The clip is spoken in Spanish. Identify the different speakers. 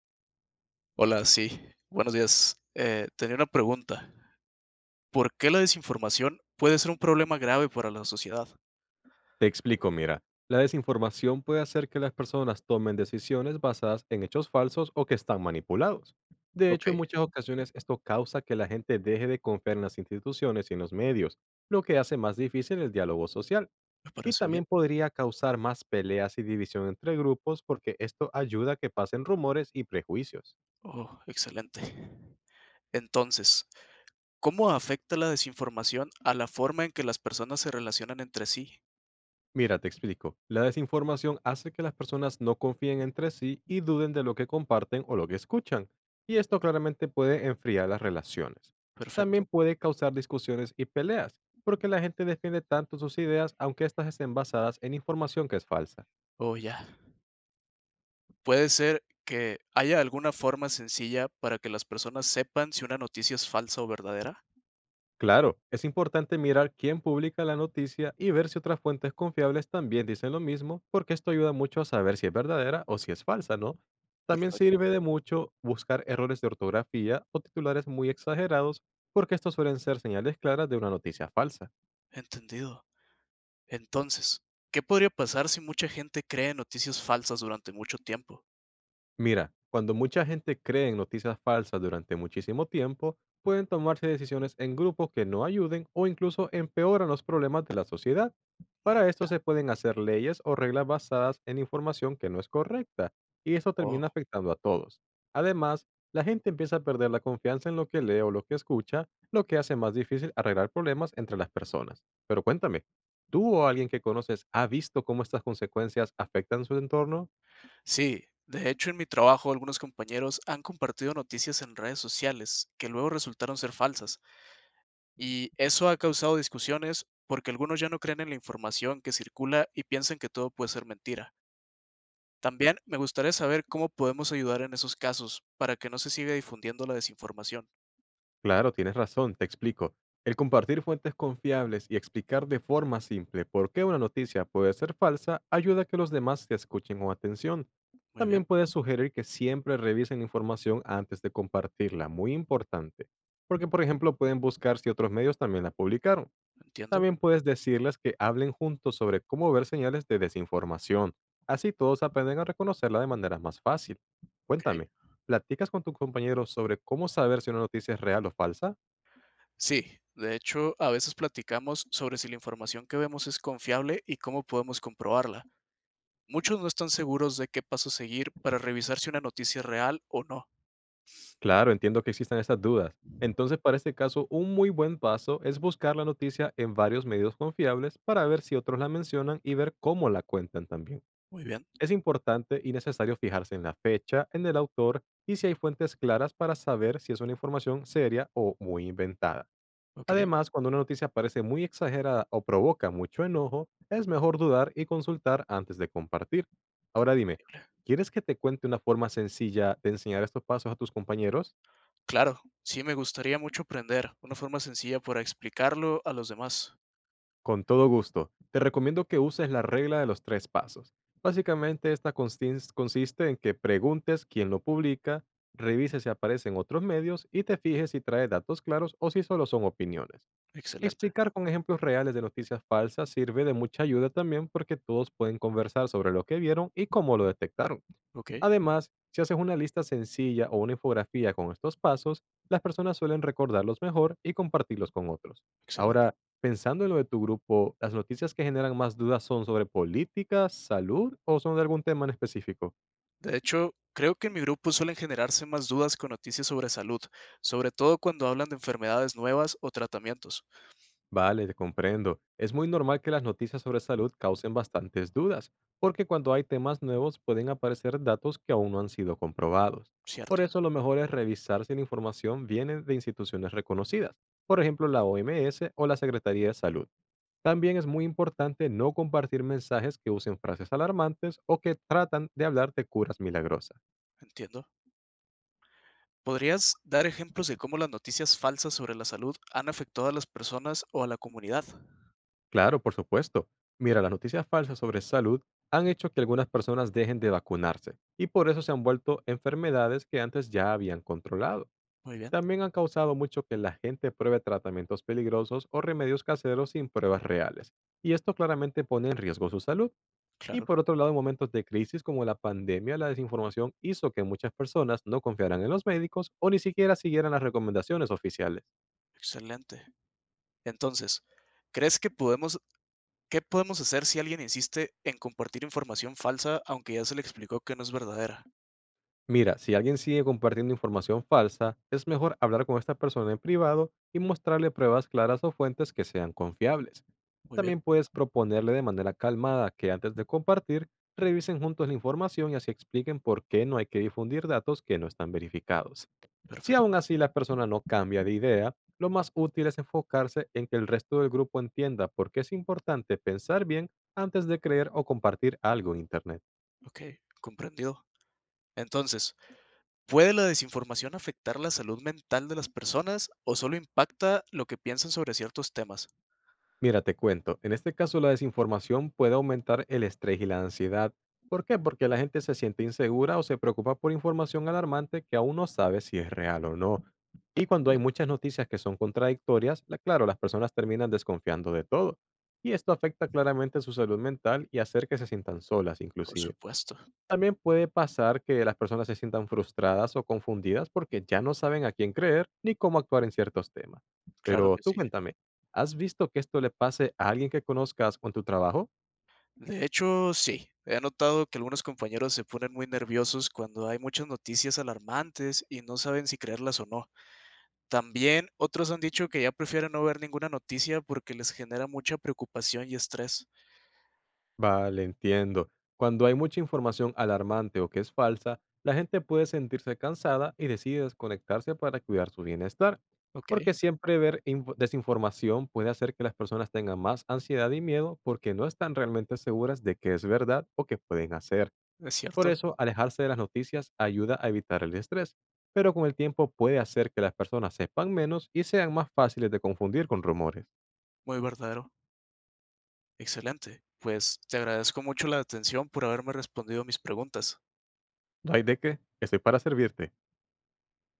Speaker 1: Hola, sí, buenos días. Tenía una pregunta. ¿Por qué la desinformación puede ser un problema grave para la sociedad?
Speaker 2: Te explico, mira, la desinformación puede hacer que las personas tomen decisiones basadas en hechos falsos o que están manipulados. De
Speaker 1: Ok,
Speaker 2: hecho, en muchas ocasiones esto causa que la gente deje de confiar en las instituciones y en los medios, lo que hace más difícil el diálogo social
Speaker 1: me
Speaker 2: y
Speaker 1: parece bien.
Speaker 2: también podría causar más peleas y división entre grupos porque esto ayuda a que pasen rumores y prejuicios.
Speaker 1: Oh, excelente. Entonces, ¿cómo afecta la desinformación a la forma en que las personas se relacionan entre sí?
Speaker 2: Mira, te explico. La desinformación hace que las personas no confíen entre sí y duden de lo que comparten o lo que escuchan, y esto claramente puede enfriar las relaciones. También
Speaker 1: Perfecto.
Speaker 2: puede causar discusiones y peleas, porque la gente defiende tanto sus ideas aunque éstas estén basadas en información que es falsa.
Speaker 1: Oh, ya. Puede ser que haya alguna forma sencilla para que las personas sepan si una noticia es falsa o verdadera.
Speaker 2: Claro, es importante mirar quién publica la noticia y ver si otras fuentes confiables también dicen lo mismo, porque esto ayuda mucho a saber si es verdadera o si es falsa, ¿no? También
Speaker 1: Perfecto,
Speaker 2: sirve de mucho buscar errores de ortografía o titulares muy exagerados, porque estos suelen ser señales claras de una noticia falsa.
Speaker 1: entendido. Entonces, ¿qué podría pasar si mucha gente cree noticias falsas durante mucho tiempo?
Speaker 2: Mira, cuando mucha gente cree en noticias falsas durante muchísimo tiempo, pueden tomarse decisiones en grupos que no ayuden o incluso empeoran los problemas de la sociedad.
Speaker 1: Mm,
Speaker 2: Para esto se pueden hacer leyes o reglas basadas en información que no es correcta, y eso
Speaker 1: oh.
Speaker 2: termina afectando a todos. Además, la gente empieza a perder la confianza en lo que lee o lo que escucha, lo que hace más difícil arreglar problemas entre las personas. Pero cuéntame, ¿tú o alguien que conoces ha visto cómo estas consecuencias afectan su entorno?
Speaker 1: Sí, de hecho en mi trabajo algunos compañeros han compartido noticias en redes sociales que luego resultaron ser falsas. Y eso ha causado discusiones porque algunos ya no creen en la información que circula y piensan que todo puede ser mentira. También me gustaría saber cómo podemos ayudar en esos casos para que no se siga difundiendo la desinformación.
Speaker 2: Claro, tienes razón, te explico. El compartir fuentes confiables y explicar de forma simple por qué una noticia puede ser falsa ayuda a que los demás te escuchen con atención.
Speaker 1: Muy bien,
Speaker 2: También puedes sugerir que siempre revisen información antes de compartirla, muy importante, porque por ejemplo pueden buscar si otros medios también la publicaron.
Speaker 1: entiendo.
Speaker 2: También puedes decirles que hablen juntos sobre cómo ver señales de desinformación. Así todos aprenden a reconocerla de manera más fácil.
Speaker 1: Ok.
Speaker 2: Cuéntame, ¿platicas con tus compañeros sobre cómo saber si una noticia es real o falsa?
Speaker 1: Sí, de hecho, a veces platicamos sobre si la información que vemos es confiable y cómo podemos comprobarla. Muchos no están seguros de qué paso seguir para revisar si una noticia es real o no.
Speaker 2: Claro, entiendo que existan estas dudas. Entonces, para este caso, un muy buen paso es buscar la noticia en varios medios confiables para ver si otros la mencionan y ver cómo la cuentan también.
Speaker 1: Muy bien,
Speaker 2: Es importante y necesario fijarse en la fecha, en el autor y si hay fuentes claras para saber si es una información seria o muy inventada.
Speaker 1: ok,
Speaker 2: Además, cuando una noticia parece muy exagerada o provoca mucho enojo, es mejor dudar y consultar antes de compartir. Ahora dime,
Speaker 1: comprendible.
Speaker 2: ¿quieres que te cuente una forma sencilla de enseñar estos pasos a tus compañeros?
Speaker 1: Claro, sí me gustaría mucho aprender una forma sencilla para explicarlo a los demás.
Speaker 2: Con todo gusto, te recomiendo que uses la regla de los tres pasos. Básicamente, esta consiste en que preguntes quién lo publica, revises si aparece en otros medios y te fijes si trae datos claros o si solo son opiniones.
Speaker 1: Excelente,
Speaker 2: Explicar con ejemplos reales de noticias falsas sirve de mucha ayuda también porque todos pueden conversar sobre lo que vieron y cómo lo detectaron.
Speaker 1: ok,
Speaker 2: Además, si haces una lista sencilla o una infografía con estos pasos, las personas suelen recordarlos mejor y compartirlos con otros.
Speaker 1: excelente.
Speaker 2: Ahora, pensando en lo de tu grupo, ¿las noticias que generan más dudas son sobre política, salud o son de algún tema en específico?
Speaker 1: De hecho, creo que en mi grupo suelen generarse más dudas con noticias sobre salud, sobre todo cuando hablan de enfermedades nuevas o tratamientos.
Speaker 2: Vale, te comprendo. Es muy normal que las noticias sobre salud causen bastantes dudas, porque cuando hay temas nuevos pueden aparecer datos que aún no han sido comprobados. Por
Speaker 1: Cierto,
Speaker 2: eso lo mejor es revisar si la información viene de instituciones reconocidas, por ejemplo la OMS o la Secretaría de Salud. También es muy importante no compartir mensajes que usen frases alarmantes o que tratan de hablar de curas milagrosas.
Speaker 1: entiendo. ¿Podrías dar ejemplos de cómo las noticias falsas sobre la salud han afectado a las personas o a la comunidad?
Speaker 2: Claro, por supuesto. Mira, las noticias falsas sobre salud han hecho que algunas personas dejen de vacunarse y por eso se han vuelto enfermedades que antes ya habían controlado.
Speaker 1: Muy bien,
Speaker 2: También han causado mucho que la gente pruebe tratamientos peligrosos o remedios caseros sin pruebas reales. Y esto claramente pone en riesgo su salud. Y
Speaker 1: claro,
Speaker 2: por otro lado, en momentos de crisis como la pandemia, la desinformación hizo que muchas personas no confiaran en los médicos o ni siquiera siguieran las recomendaciones oficiales.
Speaker 1: excelente. Entonces, ¿crees que podemos ¿qué podemos hacer si alguien insiste en compartir información falsa, aunque ya se le explicó que no es verdadera?
Speaker 2: Mira, si alguien sigue compartiendo información falsa, es mejor hablar con esta persona en privado y mostrarle pruebas claras o fuentes que sean confiables.
Speaker 1: Muy bien,
Speaker 2: También puedes proponerle de manera calmada que antes de compartir, revisen juntos la información y así expliquen por qué no hay que difundir datos que no están verificados. Si aún
Speaker 1: perfecto.
Speaker 2: así la persona no cambia de idea, lo más útil es enfocarse en que el resto del grupo entienda por qué es importante pensar bien antes de creer o compartir algo en Internet.
Speaker 1: Ok, comprendido. Entonces, ¿puede la desinformación afectar la salud mental de las personas o solo impacta lo que piensan sobre ciertos temas?
Speaker 2: Mira, te cuento, en este caso la desinformación puede aumentar el estrés y la ansiedad. ¿Por qué? Porque la gente se siente insegura o se preocupa por información alarmante que aún no sabe si es real o no. Y
Speaker 1: Muy
Speaker 2: cuando hay
Speaker 1: bien,
Speaker 2: muchas noticias que son contradictorias, claro, las personas terminan desconfiando de todo. Y esto afecta claramente su salud mental y hacer que se sientan solas
Speaker 1: por
Speaker 2: inclusive.
Speaker 1: supuesto,
Speaker 2: También puede pasar que las personas se sientan frustradas o confundidas porque ya no saben a quién creer ni cómo actuar en ciertos temas.
Speaker 1: claro
Speaker 2: Pero
Speaker 1: que
Speaker 2: tú
Speaker 1: sí.
Speaker 2: cuéntame, ¿has visto que esto le pase a alguien que conozcas con tu trabajo?
Speaker 1: De hecho, sí. He notado que algunos compañeros se ponen muy nerviosos cuando hay muchas noticias alarmantes y no saben si creerlas o no. También otros han dicho que ya prefieren no ver ninguna noticia porque les genera mucha preocupación y estrés.
Speaker 2: Vale, entiendo. Cuando hay mucha información alarmante o que es falsa, la gente puede sentirse cansada y decide desconectarse para cuidar su bienestar.
Speaker 1: Ok,
Speaker 2: Porque siempre ver desinformación puede hacer que las personas tengan más ansiedad y miedo porque no están realmente seguras de qué es verdad o qué pueden hacer.
Speaker 1: es
Speaker 2: Por
Speaker 1: cierto,
Speaker 2: eso, alejarse de las noticias ayuda a evitar el estrés, pero con el tiempo puede hacer que las personas sepan menos y sean más fáciles de confundir con rumores.
Speaker 1: muy verdadero. Excelente. Pues te agradezco mucho la atención por haberme respondido mis preguntas.
Speaker 2: No hay de qué, estoy para servirte.